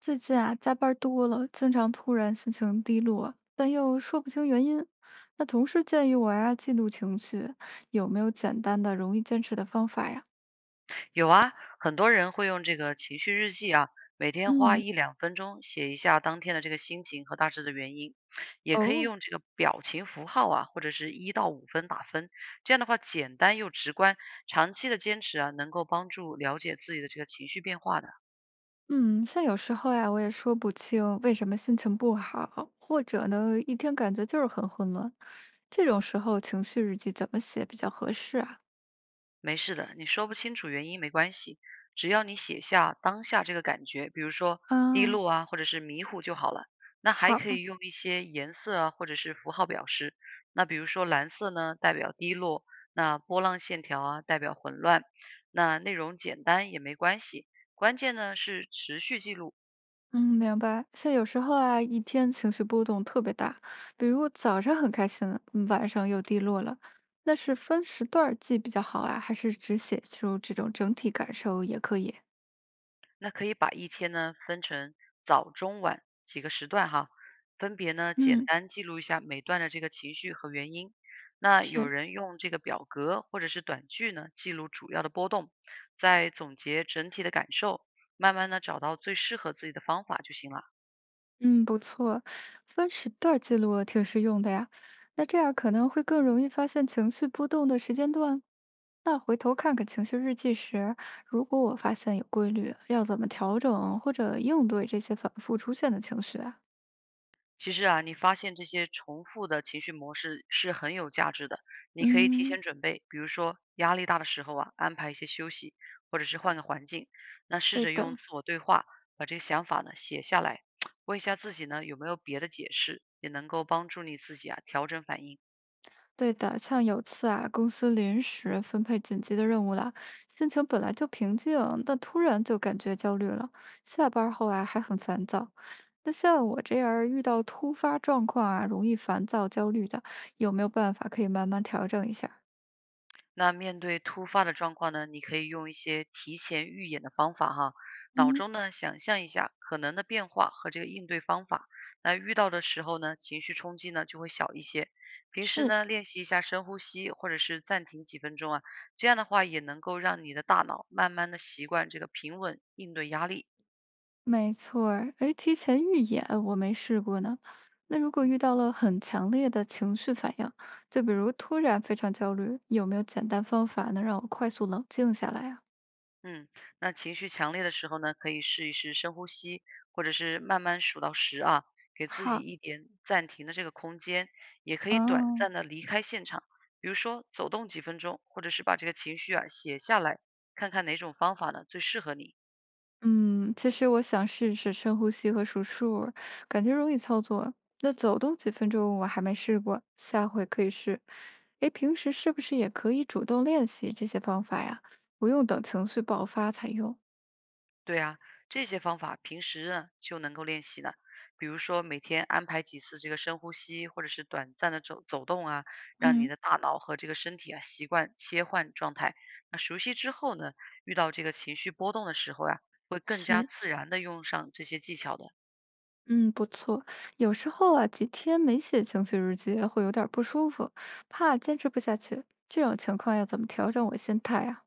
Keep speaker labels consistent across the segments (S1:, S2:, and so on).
S1: 最近啊，加班儿多了，经常突然心情低落，但又说不清原因。那同事建议我呀，记录情绪，有没有简单的、容易坚持的方法呀？
S2: 有啊，很多人会用这个情绪日记啊，每天花
S1: 嗯。
S2: 一两分钟写一下当天的这个心情和大致的原因，也可以
S1: 哦。
S2: 用这个表情符号啊，或者是1到5分打分，这样的话简单又直观，长期的坚持啊，能够帮助了解自己的这个情绪变化的。
S1: 嗯，像有时候呀，我也说不清为什么心情不好，或者呢，一天感觉就是很混乱。这种时候，情绪日记怎么写比较合适啊？
S2: 没事的，你说不清楚原因没关系，只要你写下当下这个感觉，比如说低
S1: 啊。
S2: 落啊，或者是迷糊就好了。那还
S1: 好。
S2: 可以用一些颜色啊，或者是符号表示。那比如说蓝色呢，代表低落；那波浪线条啊，代表混乱。那内容简单也没关系，关键呢是持续记录。
S1: 嗯，明白。像有时候啊，一天情绪波动特别大，比如早上很开心，晚上又低落了，那是分时段儿记比较好啊，还是只写出这种整体感受也可以？
S2: 那可以把一天呢分成早、中、晚几个时段哈，分别呢简
S1: 嗯。
S2: 单记录一下每段的这个情绪和原因。那有
S1: 是。
S2: 人用这个表格或者是短句呢记录主要的波动，再总结整体的感受，慢慢的找到最适合自己的方法就行了。
S1: 嗯，不错，分时段儿记录啊挺实用的呀。那这样可能会更容易发现情绪波动的时间段。那回头看看情绪日记时，如果我发现有规律，要怎么调整或者应对这些反复出现的情绪啊？
S2: 其实啊，你发现这些重复的情绪模式是很有价值的。你可以提
S1: 嗯。
S2: 前准备，比如说压力大的时候啊，安排一些休息，或者是换个环境。那试
S1: 对
S2: 着用
S1: 的。
S2: 自我对话把这个想法呢写下来，问一下自己呢有没有别的解释，也能够帮助你自己啊调整反应。
S1: 对的，像有次啊，公司临时分配紧急的任务了，心情本来就平静，但突然就感觉焦虑了。下班后啊，还很烦躁。那像我这样儿遇到突发状况啊，容易烦躁、焦虑的，有没有办法可以慢慢调整一下儿。
S2: 那面对突发的状况呢，你可以用一些提前预演的方法哈，脑
S1: 嗯。
S2: 中呢想象一下可能的变化和这个应对方法。那遇到的时候呢，情绪冲击呢就会小一些。平时
S1: 是。
S2: 呢练习一下深呼吸，或者是暂停几分钟啊，这样的话也能够让你的大脑慢慢的习惯这个平稳应对压力。
S1: 没错儿，哎，提前预演我没试过呢。那如果遇到了很强烈的情绪反应，就比如突然非常焦虑，有没有简单方法能让我快速冷静下来啊？
S2: 嗯，那情绪强烈的时候呢，可以试一试深呼吸，或者是慢慢数到十啊，给自己
S1: 好。
S2: 一点暂停的这个空间，也可以短
S1: 哦。
S2: 暂的离开现场，比如说走动几分钟，或者是把这个情绪啊写下来，看看哪种方法呢最适合你。
S1: 嗯，其实我想试试深呼吸和数数儿，感觉容易操作。那走动几分钟我还没试过，下回可以试。诶，平时是不是也可以主动练习这些方法呀？不用等情绪爆发才用。
S2: 对啊，这些方法平时呢就能够练习了。比如说每天安排几次这个深呼吸，或者是短暂的走走动啊，让你
S1: 嗯。
S2: 的大脑和这个身体啊习惯切换状态。那熟悉之后呢，遇到这个情绪波动的时候呀、会更加
S1: 是。
S2: 自然的用上这些技巧的。
S1: 嗯，不错。有时候啊，几天没写情绪日记会有点儿不舒服，怕坚持不下去。这种情况要怎么调整我心态啊？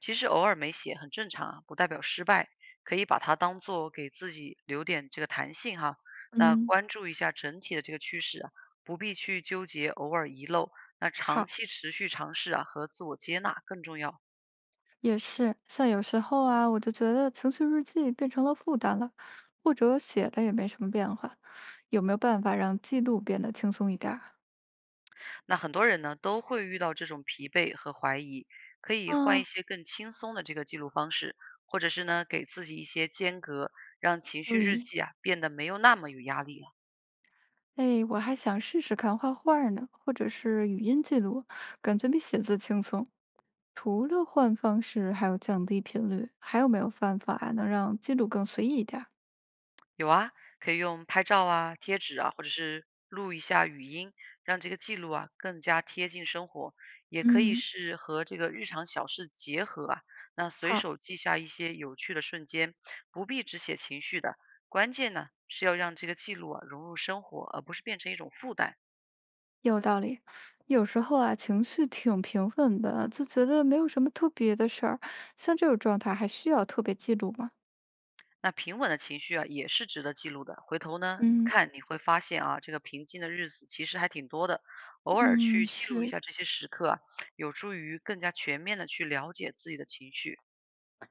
S2: 其实偶尔没写很正常啊，不代表失败，可以把它当做给自己留点这个弹性哈。那
S1: 嗯。
S2: 关注一下整体的这个趋势啊，不必去纠结偶尔遗漏。那长
S1: 好。
S2: 期持续尝试啊和自我接纳更重要。
S1: 也是，像有时候啊，我就觉得情绪日记变成了负担了，或者写了也没什么变化，有没有办法让记录变得轻松一点儿啊？
S2: 那很多人呢都会遇到这种疲惫和怀疑，可以换
S1: 嗯。
S2: 一些更轻松的这个记录方式，或者是呢给自己一些间隔，让情绪日
S1: 对，
S2: 记啊变得没有那么有压力了。
S1: 哎，我还想试试看画画儿呢，或者是语音记录，感觉比写字轻松。除了换方式，还有降低频率，还有没有办法能让记录更随意一点儿？
S2: 有啊，可以用拍照啊、贴纸啊，或者是录一下语音，让这个记录啊更加贴近生活。也可以
S1: 嗯。
S2: 是和这个日常小事结合啊，那随
S1: 好。
S2: 手记下一些有趣的瞬间，不必只写情绪的。关键呢是要让这个记录啊融入生活，而不是变成一种负担。
S1: 有道理，有时候啊，情绪挺平稳的，就觉得没有什么特别的事儿。像这种状态，还需要特别记录吗？
S2: 那平稳的情绪啊，也是值得记录的。回头呢，
S1: 嗯。
S2: 看你会发现啊，这个平静的日子其实还挺多的。偶尔
S1: 嗯，
S2: 去记录一
S1: 是，
S2: 下这些时刻啊，有助于更加全面的去了解自己的情绪。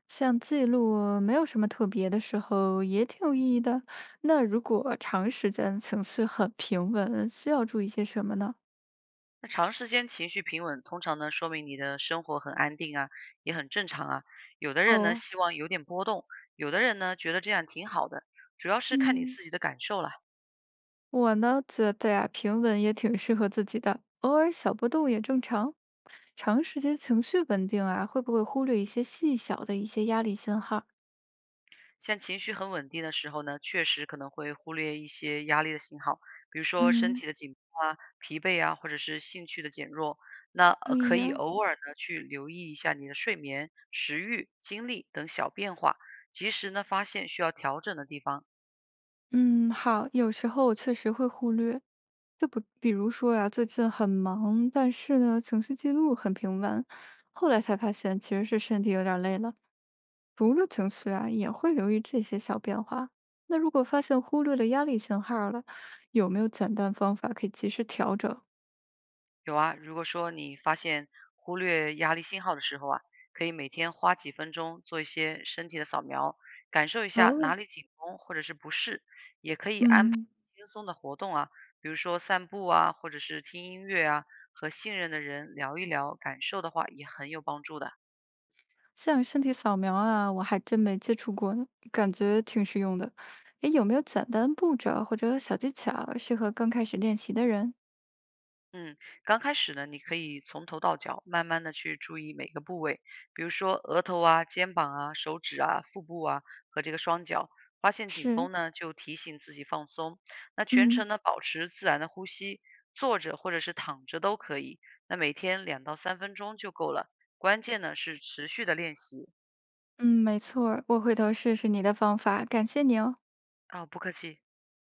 S1: 像记录没有什么特别的时候，也挺有意义的。那如果长时间情绪很平稳，需要注意些什么呢？
S2: 那长时间情绪平稳，通常呢说明你的生活很安定啊，也很正常啊。有的人呢
S1: 哦。
S2: 希望有点波动，有的人呢觉得这样挺好的，主要是看你
S1: 嗯，
S2: 自己的感受了。
S1: 我呢觉得呀，平稳也挺适合自己的，偶尔小波动也正常。长时间情绪稳定啊，会不会忽略一些细小的一些压力信号？
S2: 像情绪很稳定的时候呢，确实可能会忽略一些压力的信号，比如说身
S1: 嗯。
S2: 体的紧绷啊、疲惫啊，或者是兴趣的减弱。那
S1: 对
S2: 可以
S1: 呀。
S2: 偶尔呢去留意一下你的睡眠、食欲、精力等小变化，及时呢发现需要调整的地方。
S1: 嗯，好，有时候我确实会忽略，就不，比如说呀，最近很忙，但是呢，情绪记录很平稳，后来才发现其实是身体有点儿累了，除了情绪啊，也会留意这些小变化。那如果发现忽略了压力信号了，有没有简单方法可以及时调整？
S2: 有啊，如果说你发现忽略压力信号的时候啊，可以每天花几分钟做一些身体的扫描，感受一下哪
S1: 哦。
S2: 里紧绷或者是不适，
S1: 嗯。
S2: 轻松的活动啊，比如说散步啊，或者是听音乐啊，和信任的人聊一聊感受的话，也很有帮助的。
S1: 像身体扫描啊，我还真没接触过呢，感觉挺实用的。诶，有没有简单步骤或者小技巧适合刚开始练习的人？
S2: 嗯，刚开始呢，你可以从头到脚，慢慢的去注意每个部位，比如说额头啊、肩膀啊、手指啊、腹部啊和这个双脚。发现紧
S1: 是。
S2: 绷呢，就提醒自己放松。那全
S1: 嗯。
S2: 程呢，保持自然的呼吸，坐着或者是躺着都可以。那每天2到3分钟就够了，关键呢是持续的练习
S1: 嗯，没错儿我回头试试你的方法，感谢你哦。
S2: 啊。不客气。